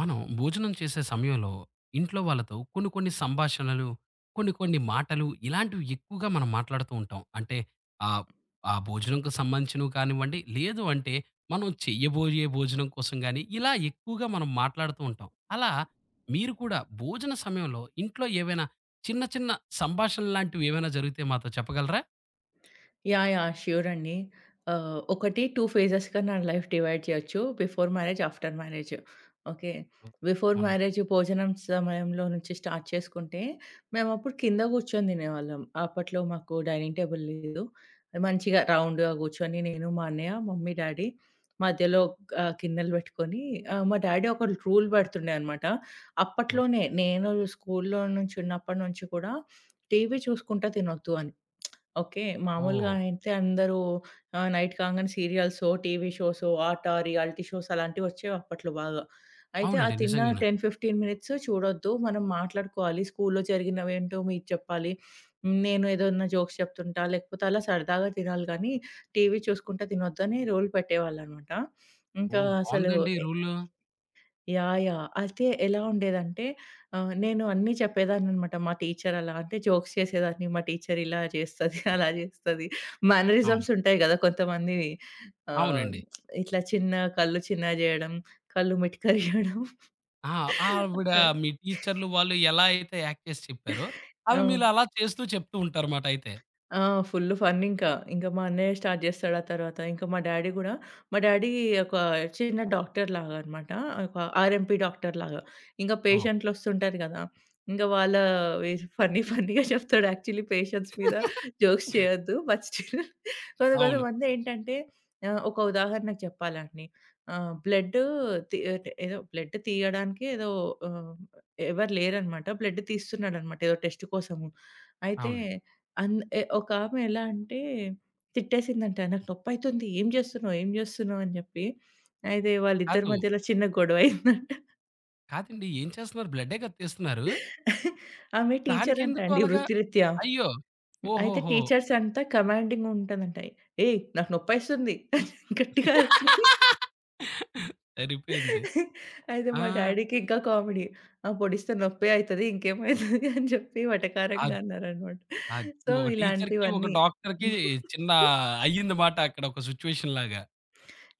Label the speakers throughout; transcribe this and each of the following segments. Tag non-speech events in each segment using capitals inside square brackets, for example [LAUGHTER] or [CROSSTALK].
Speaker 1: మనం భోజనం చేసే సమయంలో ఇంట్లో వాళ్ళతో కొన్ని కొన్ని సంభాషణలు, కొన్ని కొన్ని మాటలు ఇలాంటివి ఎక్కువగా మనం మాట్లాడుతూ ఉంటాం. అంటే ఆహ్, ఆ భోజనంకి సంబంధించినవి కానివ్వండి, లేదు అంటే మనం చెయ్యబోయే భోజనం కోసం గాని, ఇలా ఎక్కువగా మనం మాట్లాడుతూ ఉంటాం. అలా మీరు కూడా భోజన సమయంలో ఇంట్లో ఏవైనా చిన్న చిన్న సంభాషణలు లాంటివి ఏవైనా జరిగితే మాతో చెప్పగలరా?
Speaker 2: యాహ్! యాహ్! ష్యూర్ అండి. ఒకటి 2 ఫేజెస్‌గా నా లైఫ్ డివైడ్ చేయొచ్చు. Before marriage, after marriage. Okay.
Speaker 1: Oh!
Speaker 2: Before
Speaker 1: అవునండి.
Speaker 2: మ్యారేజ్ భోజనం సమయంలో నుంచి స్టార్ట్ చేసుకుంటే, మేమప్పుడు కింద కూర్చొని తినేవాళ్ళం. అప్పట్లో మాకు డైనింగ్ టేబుల్ లేదు. మంచిగా రౌండ్‌గా కూర్చొని నేను, మా అన్నయ్య, మమ్మీ, డ్యాడీ మధ్యలో గిన్నెలు పెట్టుకొని మా డ్యాడీ ఒక రూల్ పెడుతుండే అనమాట. అప్పట్లోనే నేను స్కూల్‌లో నుంచి ఉన్నప్పటి నుంచి కూడా టీవీ చూసుకుంటా తినొద్దు అని. ఓకే. మామూలుగా
Speaker 1: ఓహ్!
Speaker 2: అయితే అందరూ నైట్ కాంగానే సీరియల్సో, టీవీ షోసో, ఆట, రియాలిటీ షోస్ అలాంటివొచ్చేవి అప్పట్లో బాగా. అయితే ఆ
Speaker 1: అవునండి.
Speaker 2: తిన్న
Speaker 1: నిజంగానే.
Speaker 2: 10, 15 మినిట్స్ చూడొద్దు. మనం మాట్లాడుకోవాలి. స్కూల్‌లో జరిగినవేంటో మీరు చెప్పాలి. నేను ఏదన్నా జోక్స్ చెప్తుంటా, లేకపోతే అలా సరదాగా తినాలి గానీ, టీవీ చూసుకుంటా తినొద్దని రూల్ పెట్టేవాళ్ళనమాట. ఇంకా
Speaker 1: ఓహ్!
Speaker 2: అసలు
Speaker 1: బావుందండి రూలు.
Speaker 2: యాహ్! యాహ్! అయితే ఎలా ఉండేదంటే నేను అన్నీ చెప్పేదాన్ననమాట. మా టీచర్ అలా అంటే జోక్స్ చేసేదాన్ని. మా టీచర్ ఇలా చేస్తది, [LAUGHS] అలా చేస్తది.
Speaker 1: అవును.
Speaker 2: మేనరిజమ్స్ ఉంటాయి గదా! కొంతమందివి ఆహ్,
Speaker 1: అవునండి.
Speaker 2: ఇట్లా చిన్న కళ్ళు చిన్నగా జేయడం, కళ్ళు మిటకరియ్యడం.
Speaker 1: ఆ! ఆవిడ
Speaker 2: [LAUGHS]
Speaker 1: మీ టీచర్లు వాళ్ళు ఎలా అయితే యాక్ట్ చేసి చెప్పారో, అవి
Speaker 2: ఆ!
Speaker 1: మీరు అలా చేస్తూ చెప్తూ ఉంటారుమాట అయితే.
Speaker 2: ఆ! ఫుల్ ఫన్ ఇంకా. ఇంక మా అన్నయ్య స్టార్ట్ జేస్తాడు ఆ తర్వాత. ఇంక మా డ్యాడీ గూడా మా డ్యాడీ ఒక చిన్న డాక్టర్‌లాగా అన్నమాట. ఒక ఆర్ఎంపీ డాక్టర్‌లాగా. ఇంక
Speaker 1: ఓహ్!
Speaker 2: పేషెంట్‌లొస్తుంటారు గదా! ఇంక వాళ్ళవి ఫన్నీ ఫన్నీగా చెప్తాడు. యాక్చువల్లీ పేషెంట్స్ మీద జోక్స్ చేయొద్దు. బట్ స్టిల్
Speaker 1: అవును.
Speaker 2: కొంతమంది ఏంటంటే ఒక ఉదాహరణకు చెప్పాలండి. బ్లడ్ తీ అంటే ఏదో బ్లడ్ తీయడానికి ఏదో ఆహ్, ఎవరు లేరన్నమాట. బ్లడ్ తీస్తున్నాడన్నమాట ఏదో టెస్ట్ కోసము. అయితే
Speaker 1: అవునండి.
Speaker 2: అన్ ఎ ఒకామె ఎలా అంటే తిట్టేసిందంట. "నాకు నొప్పైతుంది. ఏం జేస్తున్నావు? ఏం జేస్తున్నావు?" అని జెప్పి. అయితే వాళ్ళిద్దరి
Speaker 1: కాదు.
Speaker 2: మధ్యలో చిన్న గొడవయిందంట.
Speaker 1: కాదండి. ఏం చేస్తున్నారు? బ్లడ్డే కదా తీస్తున్నారు.
Speaker 2: ఆమె టీచర్ అంట
Speaker 1: దానికెందుకు
Speaker 2: అండి
Speaker 1: అలాగా?
Speaker 2: వృత్తిరీత్యా.
Speaker 1: అయ్యో!
Speaker 2: అయితే
Speaker 1: ఓహోహో!
Speaker 2: టీచర్స్ అంతా కమాండింగ్ ఉంటదంట. "ఏయ్! నాకు నొప్పైస్తుంది" అని గట్టిగా అరుస్తది.
Speaker 1: సరిపోయింది.
Speaker 2: అయితే
Speaker 1: ఆ!
Speaker 2: మా డ్యాడీకి ఇంకా కామెడీ. "ఆ! పొడిస్తే నొప్పే అయితది ఇంకేమైతది" అని జెప్పి
Speaker 1: అద్
Speaker 2: వెటకారంగా అన్నారనమాట.
Speaker 1: అది
Speaker 2: సో,
Speaker 1: ఒక టీచర్‌కి, ఒక
Speaker 2: ఇలాంటివన్నీ.
Speaker 1: డాక్టర్‌కి చిన్న అయ్యిందమాట అక్కడ ఒక సిట్యుయేషన్ లాగా.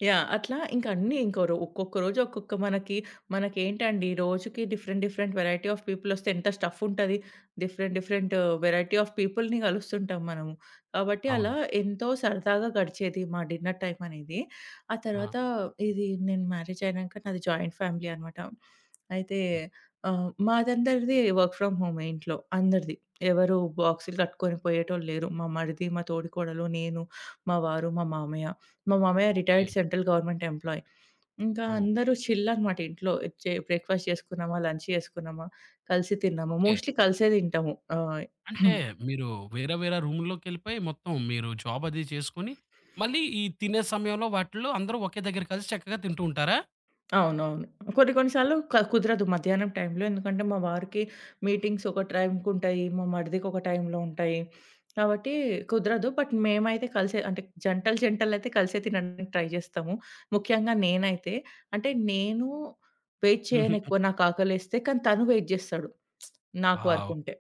Speaker 2: యాహ్! అట్లా ఇంక అన్నీ ఇంకో రో ఒక్కొక్క రోజు ఒక్కొక్క మనకి మనకేంటండి రోజుకి different different variety of people వస్తే ఎంత స్టఫ్ ఉంటది. డిఫరెంట్ డిఫరెంట్ వేరైటీ ఆఫ్ పీపుల్‌ని కలుస్తుంటాం మనము. కాబట్టి అలా
Speaker 1: అవునండి.
Speaker 2: ఎంతో సరదాగా గడిచేది మా డిన్నర్ టైమ్ అనేది. ఆ
Speaker 1: ఆ!
Speaker 2: తర్వాత ఇది నేను మ్యారేజ్ అయినాక నాది జాయింట్ ఫ్యామిలీ అనమాట. అయితే
Speaker 1: హ్మ్.
Speaker 2: మాదందరిది వర్క్ ఫ్రమ్ హోమే ఇంట్లో అందరిది. ఎవరు బాక్సులు కట్టుకొని పోయేటోళ్ళు లేరు. మా మరిది, మా తోడికోడలు, నేను, మా వారు, మా మామయ్య. మా మామయ్య
Speaker 1: okay.
Speaker 2: Retired central government employee. ఇంకా
Speaker 1: ఓహ్!
Speaker 2: అందరూ చిల్ అన్నమాట ఇంట్లో. బ్రేక్‌ఫాస్ట్ చేసుకున్నామా, లంచ్ చేసుకున్నామా, కలిసి తిన్నామా.
Speaker 1: ఓకే.
Speaker 2: మోస్ట్‌లీ కలిసే తింటాము.
Speaker 1: అంటే మీరు వేరే వేరే రూమ్‌లోకెళ్ళిపోయి మొత్తం మీరు జాబ్ అది చేసుకొని, మళ్ళీ ఈ తినే సమయంలో వాటిల్లో అందరూ ఒకే దగ్గర కలిసి చక్కగా తింటూ ఉంటారా?
Speaker 2: అవునవును. కొన్ని కొన్ని సార్లు కుదరదు మధ్యాహ్నం టైంలో. ఎందుకంటే మా వారికి మీటింగ్స్ ఒక టైంకుంటాయి. మా మరిదికి ఒక టైంలో ఉంటాయి. కాబట్టి కుదరదు. బట్ మేమైతే కలిసే అంటే జంటలు జంటలైతే కలిసే తినడానికి ట్రై చేస్తాము. ముఖ్యంగా నేనైతే అంటే నేను వెయిట్ చేయను
Speaker 1: హుహు.
Speaker 2: ఎక్కువ నాకు ఆకలేస్తే. కానీ తను వెయిట్ చేస్తాడు నాకు
Speaker 1: వావ్!
Speaker 2: వర్కుంటే.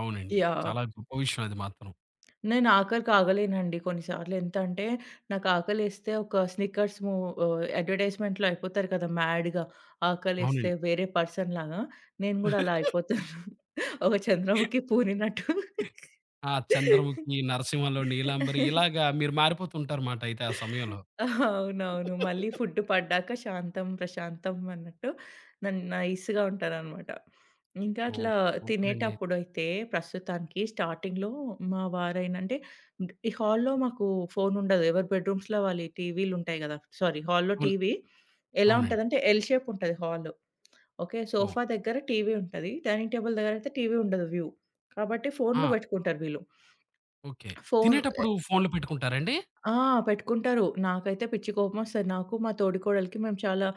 Speaker 1: అవునండి.
Speaker 2: యాహ్!
Speaker 1: చాలా గొప్ప విషయం అది మాత్రం.
Speaker 2: నేను ఆకలికి ఆగలేనండి కొన్నిసార్లు. ఎంత అంటే నాకు ఆకలేస్తే ఒక స్నిక్కర్స్ మూ అడ్వర్‌టైజ్‌మెంట్‌లో అయిపోతారు కదా! మ్యాడ్‌గా ఆకలేస్తే
Speaker 1: అవునండి.
Speaker 2: వేరే పర్సన్‌లాగా నేను గూడా అలా అయిపోతాను. ఒక చంద్రముఖి పూనినట్టు.
Speaker 1: ఆ! 'చంద్రముఖి', 'నరసింహలో', 'నీలాంబరి' ఇలాగా మీరు మారిపోతుంటారుమాట అయితే ఆ సమయంలో.
Speaker 2: అవునవును. మళ్ళీ ఫుడ్ పడ్డాక శాంతం, ప్రశాంతం అన్నట్టు నైస్‌గా ఉంటారనమాట. ఇంకా
Speaker 1: ఓహ్!
Speaker 2: అట్లా
Speaker 1: సూపరండి.
Speaker 2: తినేటప్పుడైతే ప్రస్తుతానికి స్టార్టింగ్‌లో మా వారైన అంటే ఈ హాల్‌లో మాకు ఫోనుండదు. ఎవరి బెడ్‌రూమ్స్‌లో వాళ్ళయి టీవీలుంటాయి గదా! సారీ హాల్‌లో
Speaker 1: అవును.
Speaker 2: టీవీ ఎలా
Speaker 1: అవునండి.
Speaker 2: ఉంటదంటే ఎల్ షేప్ ఉంటది హాలు. ఓకే.
Speaker 1: ఓహ్!
Speaker 2: సోఫా దగ్గర టీవీ ఉంటది. డైనింగ్ టేబుల్ దగ్గరైతే టీవీ ఉండదు వ్యూ. కాబట్టి
Speaker 1: ఆ!
Speaker 2: ఫోనులు పెట్టుకుంటారు వీళ్ళు.
Speaker 1: ఓకే.
Speaker 2: ఫోను
Speaker 1: తినేటప్పుడు ఫోన్‌లు పెట్టుకుంటారండి?
Speaker 2: ఆ! పెట్టుకుంటారు. నాకైతే పిచ్చి కోపమొస్తది. నాకు, మా తోడికోడలికి మేము చాలా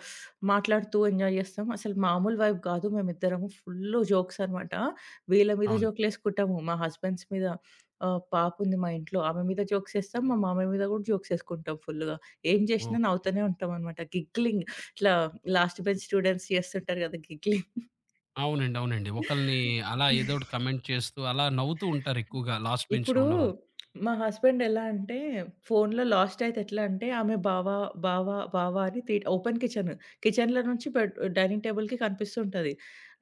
Speaker 2: మాట్లాడుతూ ఎంజాయ్ చేస్తాం. అసలు మామూలు వైబ్ కాదు. మేమిద్దరము ఫుల్లు జోక్స్ అన్నమాట. వీళ్ళ మీద
Speaker 1: అవును.
Speaker 2: జోకులేసుకుంటాము. మా హస్బెండ్స్ మీద పాపుంది మా ఇంట్లో. ఆమె మీద జోక్సేస్తాం. మా మామయ్య మీద కూడా జోక్సేసుకుంటాం ఫుల్లుగా. ఏం చేసినా
Speaker 1: ఓకే.
Speaker 2: నవ్వుతూనే ఉంటామన్నమాట. గిగ్లింగ్ ఇట్లా లాస్ట్ బెంచ్ స్టూడెంట్స్ చేస్తుంటారు కదా! గిగ్లింగ్.
Speaker 1: అవునండి. అవునండి. ఒకళ్ళని అలా ఏదో ఒకటి కమెంట్ చేస్తూ అలా నవ్వుతూ ఉంటారు ఎక్కువగా లాస్ట్ బెంచ్‌లో
Speaker 2: ఇప్పుడు
Speaker 1: ఉన్నవాళ్ళు.
Speaker 2: మా హస్బెండ్ ఎలా అంటే ఫోన్‌లో లాస్ట్ అయితే ఎట్లా అంటే ఆమె బావ, బావ అని ఓపెన్ కిచెన్. కిచెన్‌లో నుంచి డైనింగ్ టేబుల్‌కి కనిపిస్తుంటది.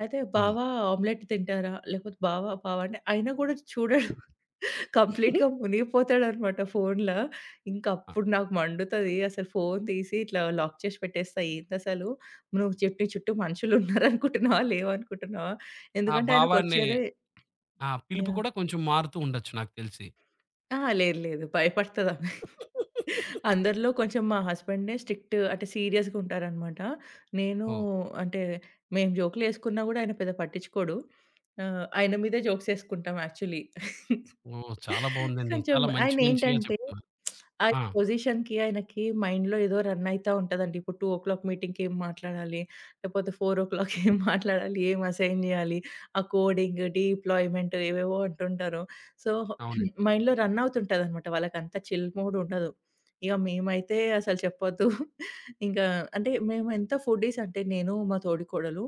Speaker 2: అయితే
Speaker 1: అవును.
Speaker 2: బావ ఆమ్లెట్ తింటారా? లేకపోతే బావ అంటే అయినా కూడా చూడడు. [LAUGHS] కంప్లీట్‌గా మునిగిపోతాడనమాట ఫోన్‌లో. ఇంక
Speaker 1: ఆ!
Speaker 2: అప్పుడు నాకు మండుతది. అసలు ఫోన్ తీసి ఇట్లా లాక్ చేసి పెట్టేస్తా. ఏందసలు నువ్వు చుట్టూ చుట్టూ మనుషులున్నారనుకుంటున్నావా? లేవనుకుంటున్నావా?
Speaker 1: ఆ
Speaker 2: ఎందుకంటే
Speaker 1: భావాన్ని
Speaker 2: ఆయనకొచ్చేదే
Speaker 1: ఆ! పిలుపు
Speaker 2: యాహ్!
Speaker 1: కూడా కొంచెం మారుతూ ఉండొచ్చు నాకు తెలిసి.
Speaker 2: అహా! లేదు లేదు. భయపడతదామె. అందరిలో కొంచెం మా హస్బెండే స్ట్రిక్ట్ అంటే సీరియస్‌గా ఉంటారనమాట. నేను
Speaker 1: ఓహ్!
Speaker 2: అంటే మేము జోకులేసుకున్నా గూడా ఆయన పెద్ద పట్టించుకోడు. ఆయన మీదే జోక్స్ ఏసుకుంటాం యాక్చువల్లీ.
Speaker 1: ఓహ్! చాలా బావుందండి.
Speaker 2: కొంచెం
Speaker 1: చాలా మంచిగా
Speaker 2: ఆయనేంటంటే
Speaker 1: చెప్తున్నారు.
Speaker 2: ఆయన
Speaker 1: ఆ!
Speaker 2: పొజిషన్‌కి, ఆయనకి మైండ్‌లో ఏదో రన్ అయితా ఉంటదండి. ఇప్పుడు 2:00 మీటింగ్‌కి ఏం మాట్లాడాలి, లేపోతే 4:00 [LAUGHS] ఏం మాట్లాడాలి, ఏం అసైన్ జేయాలి, ఆ కోడింగ్, డిప్లాయ్‌మెంట్ ఏవేవో అంటుంటారు. సో,
Speaker 1: అవునండి.
Speaker 2: మైండ్‌లో రన్ అవుతుంటదనమాట. వాళ్ళకంత చిల్ మూడ్ ఉండదు. ఇగ మేమైతే అసలు చెప్పొద్దు. ఇంకా అంటే మేము ఎంత ఫుడ్డీస్ అంటే నేను, మా తోడికోడలు.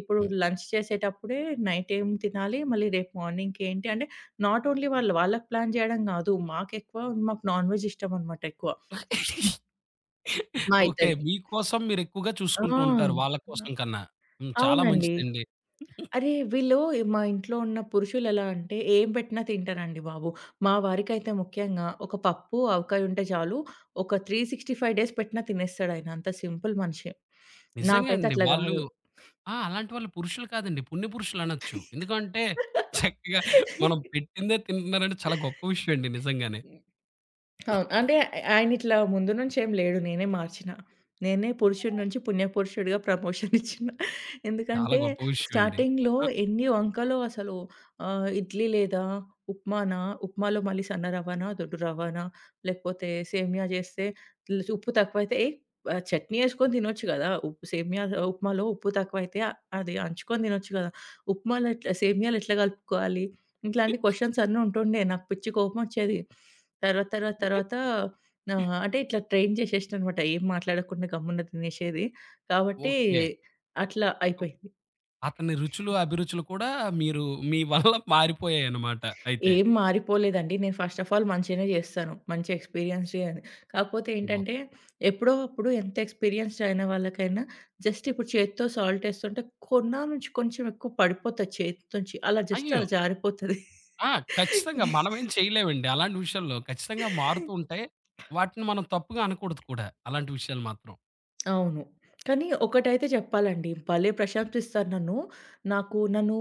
Speaker 2: ఇప్పుడు
Speaker 1: హ్మ్.
Speaker 2: లంచ్ చేసేటప్పుడే నైట్ ఏం తినాలి, మళ్ళీ రేపు మార్నింగ్‌కి ఏంటి అంటే నాట్ ఓన్లీ వాళ్ళు. వాళ్ళకి ప్లాన్ జేయడం గాదు. మాకు నాన్ వెజ్ ఇష్టమనమాట ఎక్కువ. హ్మ్. మా
Speaker 1: ఓకే.
Speaker 2: ఇద్దరికి.
Speaker 1: మీకోసం మీరెక్కువగా చూసుకుంటూ ఉంటారు
Speaker 2: ఆ!
Speaker 1: వాళ్ళ కోసం కన్నా. హ్మ్. చాలా
Speaker 2: అవునండి.
Speaker 1: మంచిదండి.
Speaker 2: అరే! వీళ్ళు మా ఇంట్లో ఉన్న పురుషులెలా అంటే ఏం పెట్టినా తింటారండి బాబు. మా వారికైతే ముఖ్యంగా ఒక పప్పు, ఆవకాయ ఉంటే చాలు. ఒక 365 డేస్ పెట్టినా తినేస్తాడాయన. అంత సింపుల్ మనిషి.
Speaker 1: నిజంగా
Speaker 2: నాకైతే
Speaker 1: అండి.
Speaker 2: అట్లా
Speaker 1: వాళ్ళు
Speaker 2: గాదు.
Speaker 1: ఆ! అలాంటి వాళ్ళు పురుషులు కాదండి. పుణ్య పురుషులనొచ్చు. ఎందుకంటే చక్కగా మనం పెట్టిందే తింటున్నారంటే చాలా గొప్ప విషయం అండి నిజంగానే.
Speaker 2: అవును. అంటే ఆయనిట్లా ముందు నుంచేం లేడు. నేనే మార్చిన. నేనే పురుషుడి నుంచి పుణ్య పురుషుడిగా ప్రమోషన్ ఇచ్చిన.
Speaker 1: చాలా
Speaker 2: ఎందుకంటే
Speaker 1: గొప్ప విషయం అండి.
Speaker 2: స్టార్టింగ్‌లో
Speaker 1: ఆ!
Speaker 2: ఎన్ని వంకలో అసలు ఇడ్లీ లేదా? ఉప్మానా? ఉప్మాలో మళ్ళీ సన్న రవ్వనా? దొడ్డు రవ్వనా? లేకపోతే సేమియా చేస్తే ఉప్పు తక్కువైతే ఏయ్! చట్నీ ఏసుకొని తినొచ్చు గదా! ఉప్పు సేమియా ఉప్మాలో ఉప్పు తక్కువైతే అది అంచుకొని తినొచ్చు గదా! ఉప్మాలో సేమియాలు ఎట్లా కలుపుకోవాలి? ఇట్లాంటి క్వెషన్స్ అన్నీ ఉంటుండే. నాకు పిచ్చి కోపమొచ్చేది. తర్వాత ఆహ్, అంటే ఇట్లా ట్రైన్ చేసేసాననమాట. ఏం మాట్లాడకుండా గమ్మున తినేసేది. కాబట్టి
Speaker 1: ఓకే.
Speaker 2: అట్లా అయిపోయింది.
Speaker 1: అతని రుచులు, అభిరుచులు కూడా మీరు మీ వల్ల మారిపోయాయన్నమాట అయితే.
Speaker 2: ఏం మారిపోలేదండి. నేను ఫస్ట్ ఆఫ్ ఆల్ మంచిగానే చేస్తాను. మంచి ఎక్స్‌పీరియన్స్‌డే అని. కాకపోతే
Speaker 1: ఓహ్!
Speaker 2: ఏంటంటే ఎప్పుడో అప్పుడు ఎంత ఎక్స్‌పీరియన్స్‌డ్ అయిన వాళ్ళకైనా జస్ట్ ఇప్పుడు చేత్తో సాల్ట్ ఏస్తుంటే కొనా నుంచి కొంచెం ఎక్కువ పడిపోతది చేతి నుంచి. అలా జస్ట్
Speaker 1: అయ్యో!
Speaker 2: అలా జారిపోతది.
Speaker 1: ఆ! ఖచ్చితంగా మనమేం చేయలేమండి. అలాంటి విషయాల్లో ఖచ్చితంగా మారుతూ ఉంటాయి. వాటిని మనం తప్పుగా అనకూడదు కూడా. అలాంటి విషయాలు మాత్రం.
Speaker 2: అవును. కానీ ఒకటైతే చెప్పాలండి. భలే ప్రశంసిస్తారు నన్ను. నన్ను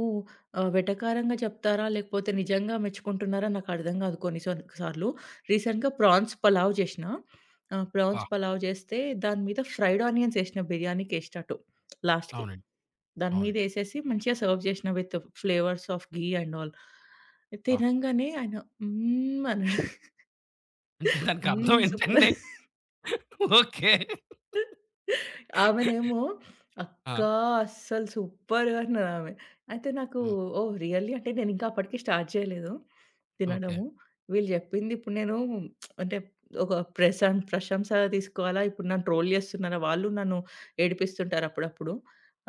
Speaker 2: వెటకారంగా చెప్తారా? లేకపోతే నిజంగా మెచ్చుకుంటున్నారా? నాకు అర్థం కాదు కొన్ని సార్లు. రీసెంట్‌గా ప్రాన్స్ పలావ్ చేసినా. ప్రాన్స్
Speaker 1: వాహ్!
Speaker 2: పలావ్ చేస్తే దాని మీద ఫ్రైడ్ ఆనియన్స్ ఏసిన బిర్యానీకేసేటట్టు లాస్ట్‌కి.
Speaker 1: అవునండి.
Speaker 2: దాని మీద
Speaker 1: అవునండి.
Speaker 2: ఏసేసి మంచిగా సర్వ్ చేసిన with flavours of ghee and all.
Speaker 1: వాహ్!
Speaker 2: తినంగానే ఆయన హ్మ్. అన్నాడు. [LAUGHS]
Speaker 1: అంటే దానికి
Speaker 2: హ్మ్.
Speaker 1: అర్థం ఏంటండి?
Speaker 2: సూపర్.
Speaker 1: ఓకే.
Speaker 2: ఆమెనేమో
Speaker 1: ఆ!
Speaker 2: "అక్క అస్సలు సూపర్" అన్నదామె. అయితే నాకు
Speaker 1: హ్మ్.
Speaker 2: ఓహ్! రియల్లీ అంటే నేనింకా అప్పటికి స్టార్ట్ చేయలేదు
Speaker 1: ఓకే.
Speaker 2: తినడము. వీళ్ళు జెప్పింది ఇప్పుడు నేను అంటే ఒక ప్రశంస తీసుకోవాలా? ఇప్పుడు నన్ను ట్రోల్ జేస్తున్నారా? వాళ్ళు నన్ను ఏడిపిస్తుంటారు అప్పుడప్పుడు.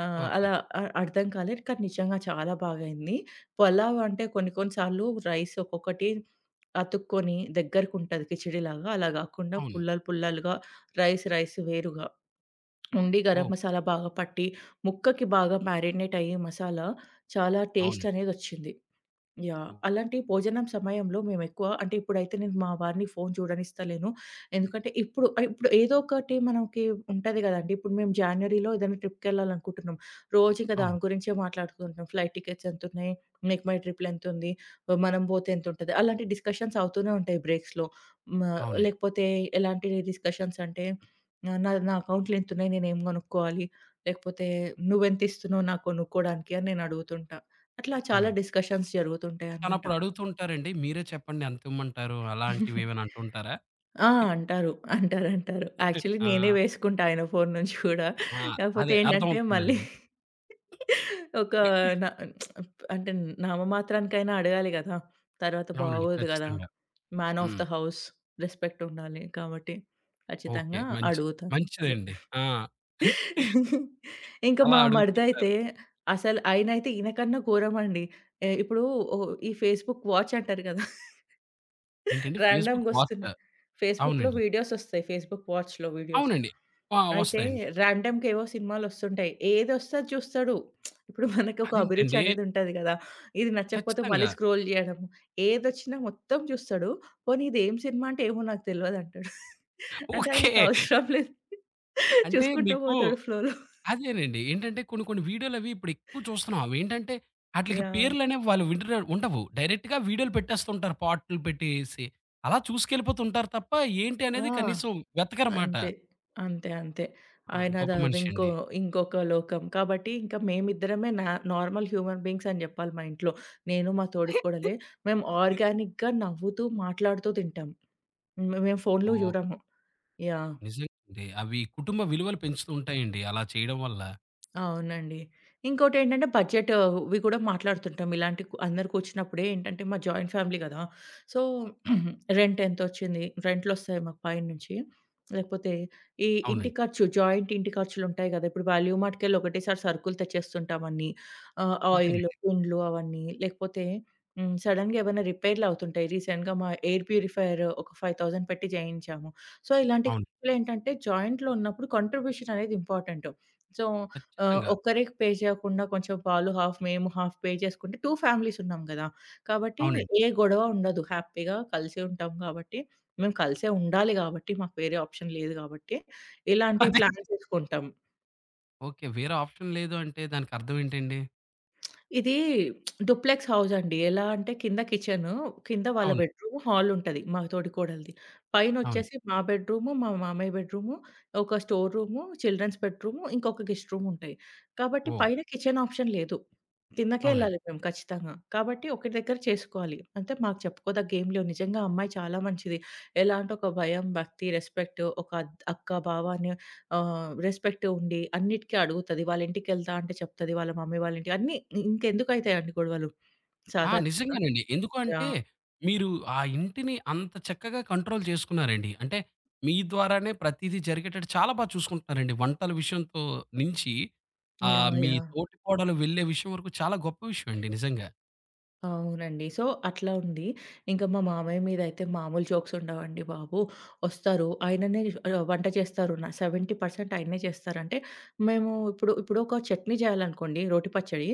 Speaker 2: ఆహ్,
Speaker 1: ఓకే.
Speaker 2: అలా అర్థం కాలేదు. కానీ నిజంగా చాలా బాగయింది. పలావ్ అంటే కొన్ని కొన్ని సార్లు రైస్ ఒక్కొక్కటి అతుక్కొని దగ్గరకుంటది కిచిడిలాగా. అలా గాకుండా
Speaker 1: అవును.
Speaker 2: పుల్లలు పుల్లలుగా రైస్ రైస్ వేరుగా ఉండి గరం
Speaker 1: ఓహ్!
Speaker 2: మసాలా బాగా పట్టి, ముక్కకి బాగా మ్యారినేట్ అయ్యి మసాలా చాలా టేస్ట్
Speaker 1: అవునండి.
Speaker 2: అనేదొచ్చింది. యాహ్!
Speaker 1: ఓహ్!
Speaker 2: అలాంటి భోజనం సమయంలో మేమెక్కువ అంటే ఇప్పుడైతే నేను మా వారిని ఫోను చూడనిస్తలేను. ఎందుకంటే ఇప్పుడు ఏదో ఒకటి మనకి ఉంటది గదండీ. ఇప్పుడు మేము జాన్యురీలో ఏదైనా ట్రిప్‌కెళ్ళాలనుకుంటున్నాం. రోజింక
Speaker 1: అవును.
Speaker 2: దాని గురించే మాట్లాడుకుంటున్నాం. ఫ్లైట్ టికెట్స్ ఎంతున్నయి? మేక్ మై ట్రిప్‌లెంతుంది? మనం బోతే ఎంతుంటది? అలాంటి డిస్కషన్స్ అవుతూనే ఉంటాయి బ్రేక్స్‌లో. మ
Speaker 1: అవునండి.
Speaker 2: లేకపోతే ఎలాంటి డిస్కషన్స్ అంటే నా నా అకౌంట్‌లో ఇంతున్నయి నేనేం గొనుక్కోవాలి? లేకపోతే నువ్వెంతిస్తున్నావు నాకు కొనుక్కోడానికి అని నేను అడుగుతుంటా. అట్లా చాలా
Speaker 1: హ్మ్.
Speaker 2: డిస్కషన్స్ జరుగుతుంటాయనమాట.
Speaker 1: తనప్పుడు అడుగుతూ ఉంటారండి. మీరే చెప్పండి ఎంతిమ్మంటారు? అలాంటివేమైనా అంటూ ఉంటారా?
Speaker 2: ఆ! అంటారు. యాక్చువల్లీ నేనే
Speaker 1: ఆ!
Speaker 2: వేసుకుంటా ఆయన ఫోను నుంచి కూడా.
Speaker 1: ఆ!
Speaker 2: కాకపోతే
Speaker 1: అదే
Speaker 2: ఏంటంటే మళ్ళీ
Speaker 1: అర్థమవుతుందండి.
Speaker 2: ఒక నా అంటే నామమాత్రానికైనా అడగాలి గదా! తర్వాత
Speaker 1: అవునండి.
Speaker 2: బాగోదు గదా!
Speaker 1: ఖచ్చితంగా.
Speaker 2: Man of
Speaker 1: hmm.
Speaker 2: The house respect ఉండాలి. కాబట్టి
Speaker 1: ఓకే.
Speaker 2: ఖచ్చితంగా
Speaker 1: మంచి
Speaker 2: అడుగుతాను.
Speaker 1: మంచిదండి. ఆ!
Speaker 2: ఇంకా
Speaker 1: అలా
Speaker 2: మా మరిదైతే
Speaker 1: అడుగుతుంటారు.
Speaker 2: అసలు ఆయనైతే ఈయన కన్నా ఘోరమండి. ఎ ఇప్పుడు ఓ ఈ ఫేస్‌బుక్ వాచ్ అంటారు గదా!
Speaker 1: ఏంటండి? ఫేస్‌బుక్, వాట్సా
Speaker 2: ర్యాండమ్‌గొస్తున్నాయి. ఫేస్‌బుక్‌లో
Speaker 1: అవునండి.
Speaker 2: వీడియోసొస్తాయి. ఫేస్‌బుక్ వాచ్‌లో వీడియోస్.
Speaker 1: అవునండి. ఆ!
Speaker 2: అయితే
Speaker 1: వస్తాయండి.
Speaker 2: ర్యాండమ్‌గా ఏవో సినిమాలొస్తుంటాయి. ఏదొస్తే అది చూస్తాడు. ఇప్పుడు మనకొక అభిరుచి
Speaker 1: అదేంటండి?
Speaker 2: అనేదుంటది గదా! ఇది నచ్చకపోతే మళ్ళీ
Speaker 1: ఖచ్చితంగా.
Speaker 2: స్క్రోల్ జేయడం. ఏదొచ్చినా మొత్తం చూస్తాడు. పోనీ ఇదేం సినిమా అంటే ఏమో నాకు తెలవదంటాడు. అంటే
Speaker 1: ఓకే.
Speaker 2: ఆయనకవసరం లేదు.
Speaker 1: అంటే
Speaker 2: చూసుకుంటూ
Speaker 1: మీకు
Speaker 2: పోతాడు ఫ్లోలో.
Speaker 1: అదేనండి. ఏంటంటే కొన్ని కొన్ని వీడియోలవి ఇప్పుడెక్కువ చూస్తున్నాం. అవేంటంటే ఆటిలికి
Speaker 2: యాహ్!
Speaker 1: పేర్లనేవి వాళ్ళు వింటర ఉండవు. డైరెక్ట్‌గా వీడియోలు పెట్టేస్తుంటారు పాటలు పెట్టేసి. అలా చూసుకెళ్ళిపోతుంటారు తప్ప ఏంటి
Speaker 2: ఆ!
Speaker 1: అనేది కనీసం వెతకరమాట.
Speaker 2: అంతే. అంతే.
Speaker 1: ఆ! గొప్ప
Speaker 2: ఆయనదది
Speaker 1: మనిషి
Speaker 2: ఇంకో
Speaker 1: అండి.
Speaker 2: ఇంకొక లోకం. కాబట్టి ఇంకా మేమిద్దరమే నార్మల్ హ్యూమన్ బీయింగ్స్ అని జెప్పాలి మా ఇంట్లో. నేను మా తోడికోడలే. మేము ఆర్గానిక్‌గా నవ్వుతూ, మాట్లాడుతూ తింటాం. మేము ఫోన్‌లు
Speaker 1: ఓహ్!
Speaker 2: జూడము. యాహ్!
Speaker 1: నిజంగండి. అవి కుటుంబ విలువలు పెంచుతూ ఉంటాయండి అలా చేయడం వల్ల.
Speaker 2: అవునండి. ఇంకోటేంటంటే బడ్జెట్ అవి కూడా మాట్లాడుతుంటాం. ఇలాంటి అందరూ కూర్చున్నప్పుడే ఏంటంటే మా జాయింట్ ఫ్యామిలీ గదా! సో, రెంట్ [CLEARS THROAT] ఎంతొచ్చింది? రెంట్‌లొస్తాయి మాకు పైనుంచి. లేకపోతే ఈ ఇంటి
Speaker 1: అవునండి.
Speaker 2: ఖర్చు జాయింట్ ఇంటి ఖర్చులుంటాయి గదా! ఇప్పుడు వాల్యూ మార్ట్‌కెళ్ళి ఒకటేసారి సరుకులు తెచ్చేస్తుంటాం అన్నీ. ఆయిల్,
Speaker 1: అంతేనండి.
Speaker 2: కుండ్లు అవన్నీ. లేకపోతే హ్మ్. సడెన్‌గా ఏవైనా రిపేర్‌లవుతుంటాయి. రీసెంట్‌గా మా ఎయిర్ ప్యూరిఫైయర్ ఒక 5,000 పెట్టి చేయించాము. సో, ఇలాంటి
Speaker 1: అవును.
Speaker 2: ఖర్చులేంటంటే జాయింట్‌లో ఉన్నప్పుడు కాంట్రిబ్యూషన్ అనేది ఇంపార్టెంట్. సో
Speaker 1: ఖచ్చితంగా.
Speaker 2: ఒక్కరికి పే చేయకుండా కొంచెం వాళ్ళు హాఫ్ మేము హాఫ్ పే చేసుకుంటే 2 ఫ్యామిలీస్ ఉన్నాం గదా! కాబట్టి
Speaker 1: అవునండి.
Speaker 2: ఏ గొడవ ఉండదు. హ్యాపీగా కలిసి ఉంటాం కాబట్టి, మేము కలిసే ఉండాలి గాబట్టి, మాకు వేరే ఆప్షన్ లేదు గాబట్టి, ఇలాంటి
Speaker 1: అదే.
Speaker 2: ప్లాన్స్ చేసుకుంటాం.
Speaker 1: ఓకే. వేరే ఆప్షన్ లేదు అంటే దానికర్థం ఏంటండి?
Speaker 2: ఇది డూప్లెక్స్ హౌస్ అండి. ఎలా అంటే కింద కిచెను, కింద వాళ్ళ
Speaker 1: అవునండి.
Speaker 2: బెడ్‌రూమ్, హాల్ ఉంటది మా తోడికోడలిది.
Speaker 1: అవును.
Speaker 2: పైనొచ్చేసి మా బెడ్‌రూము, మా మామయ్య బెడ్‌రూము, ఒక స్టోర్ రూము, చిల్డ్రన్స్ బెడ్‌రూము, ఇంకొక గెస్ట్ రూమ్ ఉంటాయి. కాబట్టి
Speaker 1: ఓహ్!
Speaker 2: పైన కిచెన్ ఆప్షన్ లేదు. కిందకే
Speaker 1: అవునండి.
Speaker 2: ఎళ్ళాలి మేము ఖచ్చితంగా. కాబట్టి ఒకటి దగ్గర చేసుకోవాలి. అంటే మాకు చెప్పుకోదగ్గేం లేవు. నిజంగా ఆ అమ్మాయి చాలా మంచిది. ఎలా అంటే ఒక భయం, భక్తి, రెస్పెక్ట్ ఒక అక్క, బావ అనే రెస్పెక్ట్ ఉండి అన్నిటికి అడుగుతది. వాళ్ళ ఇంటికెళ్తా అంటే చెప్తది. వాళ్ళ మమ్మీ వాళ్ళ ఇంటికి అన్నీ ఇంకెందుకైతాయండి గొడవలు
Speaker 1: ఆ!
Speaker 2: సాధారణంగా.
Speaker 1: నిజంగానండి. ఎందుకు అంటే,
Speaker 2: యాహ్!
Speaker 1: మీరు ఆ ఇంటిని అంత చక్కగా కంట్రోల్ చేసుకున్నారండి. అంటే, మీ ద్వారానే ప్రతీదీ జరిగేటట్టు చాలా బా చూసుకుంటున్నారండి. వంటల విషయంతో నుంచి, మీ
Speaker 2: యాహ్!
Speaker 1: తోటి కోడలు వెళ్ళే విషయం వరకు చాలా గొప్ప విషయం అండి నిజంగా.
Speaker 2: అవునండి. సో, అట్లా ఉంది. ఇంక మా మామయ్య మీదయితే మామూలు జోక్స్ ఉండవండి బాబు. ఒస్తారు. ఆయననే వంట చేస్తారు. నా 70% ఆయనే చేస్తారంటే, మేము ఇప్పుడు ఇప్పుడు ఒక చట్నీ చేయాలనుకోండి, రోటి పచ్చడి.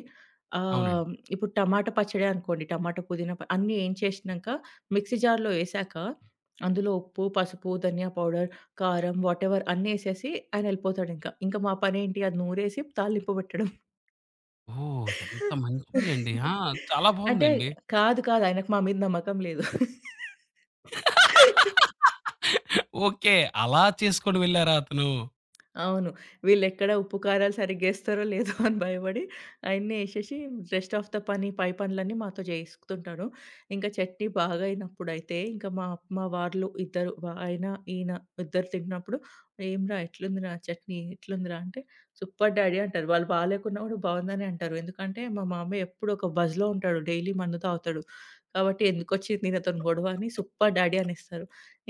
Speaker 1: అవునండి.
Speaker 2: ఇప్పుడు టమాటా పచ్చడే అనుకోండి, టమాటా, పుదీనా ప అన్నీ యేయించేసినంక, మిక్సీ జార్‌లో యేసాక, అందులో ఉప్పు, పసుపు, ధనియా పౌడర్, కారం, వాటెవర్ అన్నీ యేసేసి ఆయనెళ్ళిపోతాడింక. ఇంక మా పనేంటి అది నూరేసి తాలింపు పెట్టడం.
Speaker 1: ఓహ్! ఎంత మంచోళ్ళండి. ఆ! చాలా
Speaker 2: అంటే
Speaker 1: బావుందండి.
Speaker 2: కాదు. ఆయనకు మా మీద నమ్మకం లేదు.
Speaker 1: ఓకే. అలా చేసుకొని వెళ్లారా అతను?
Speaker 2: అవును. వీళ్ళెక్కడ ఉప్పు, కారాలు సరిగ్గేస్తారో లేదో [LAUGHS] అని భయపడి ఆయన్నే ఏసేసి రెస్ట్ ఆఫ్ ద పని పై పనులన్నీ మాతో జేయిస్తుంటాడు. ఇంకా చట్నీ బాగా అయినప్పుడైతే ఇంకా మా మా వార్లు ఇద్దరు వ ఆయన, ఈయన ఇద్దరు తింటున్నప్పుడు "ఏంరా ఎట్లుందిరా చట్నీ? ఎట్లుందిరా?" అంటే "సూపర్ డాడీ" అంటారు. వాళ్ళు బాలేకున్నా గూడా బావుందనే అంటారు. ఎందుకంటే మా మామయ్య ఎప్పుడు ఒక బజ్‌లో ఉంటాడు. డైలీ మందు తాగుతాడు. కాబట్టి "ఎందుకొచ్చింది ఈయనతోని గొడవ" అని "సూపర్ డాడీ" అనేస్తారు.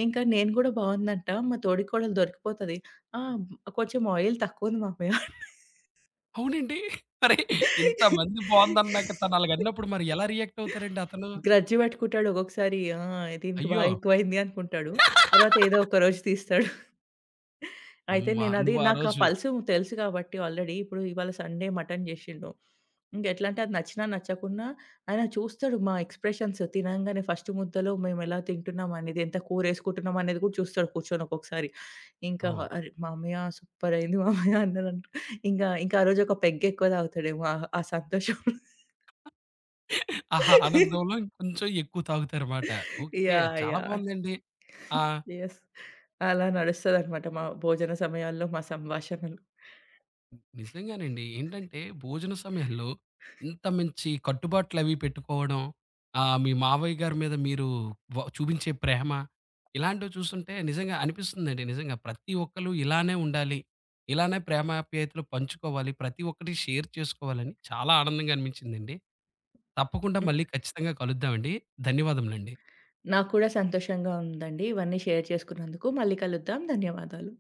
Speaker 2: ఇంకా నేను గూడా బావుందంట మా తోడికోడలు దొరికిపోతది. ఆ! కొంచెం ఆయిల్ తక్కువుంది మామయ్య.
Speaker 1: అవునండి. మరి ఇంతమంది బావుందన్నాక తను అలాగన్నప్పుడు మరి ఎలా రియాక్ట్ అవుతారండి అతను?
Speaker 2: గ్రడ్జ్ పెట్టుకుంటాడు ఒక్కొక్కసారి. ఆ! దీనికి
Speaker 1: అయ్యో!
Speaker 2: బాగా ఎక్కువైంది అనుకుంటాడు. తర్వాత ఏదో ఒక రోజు తీస్తాడు. అయితే
Speaker 1: అమ్మ!
Speaker 2: నేనది
Speaker 1: నువ్వు ఆ
Speaker 2: నాకా
Speaker 1: రోజు
Speaker 2: పల్సు తెలుసు కాబట్టి ఆల్రెడీ. ఇప్పుడు ఇవాళ సండే మటన్ జేశిండు. ఇంగెట్లంటే అది నచ్చినా, నచ్చకున్నా ఆయన చూస్తాడు మా ఎక్స్‌ప్రెషన్స్. తినంగానే ఫస్ట్ ముద్దలో మేమెలా తింటున్నాం అనేది, ఎంత కూరేసుకుంటున్నాం అనేది గూడా చూస్తాడు కూర్చొని ఒక్కొక్కసారి. ఇంకా
Speaker 1: హ్మ్.
Speaker 2: అరె! మామయ్య సూపరయింది మామయ్య అన్నాడంట. ఇంకా ఇంకా ఆ రోజు ఒక పెగ్గెక్కువ తాగుతాడేమో ఆ ఆ సంతోషంలో.
Speaker 1: ఆహా! ఆనందంలో ఇంకొంచెం ఎక్కువ తాగుతారుమాట. ఓకే.
Speaker 2: యాహ్!
Speaker 1: చాలా
Speaker 2: యాహ్!
Speaker 1: బావుందండి. ఆ!
Speaker 2: యెస్. అలా నడుస్తదనమాట మా భోజన సమయాల్లో మా సంభాషణలు.
Speaker 1: నిజంగానండి. ఏంటంటే భోజన సమయంలో ఇంత మంచి కట్టుబాట్లవి పెట్టుకోవడం, మీ మావయ్య గారి మీద మీరు చూపించే ప్రేమ, ఇలాంటివి చూస్తుంటే నిజంగా అనిపిస్తుందండి. నిజంగా ప్రతి ఒక్కళ్ళు ఇలానే ఉండాలి. ఇలానే ప్రేమాప్యాయతలు పంచుకోవాలి. ప్రతి ఒక్కటి షేర్ చేసుకోవాలని చాలా ఆనందంగా అనిపించిందండి. తప్పకుండా మళ్ళీ ఖచ్చితంగా కలుద్దామండి. ధన్యవాదములండి.
Speaker 2: నాకు కూడా సంతోషంగా ఉందండి. ఇవన్నీ షేర్ చేసుకున్నందుకు. మళ్ళీ కలుద్దాం. ధన్యవాదాలు.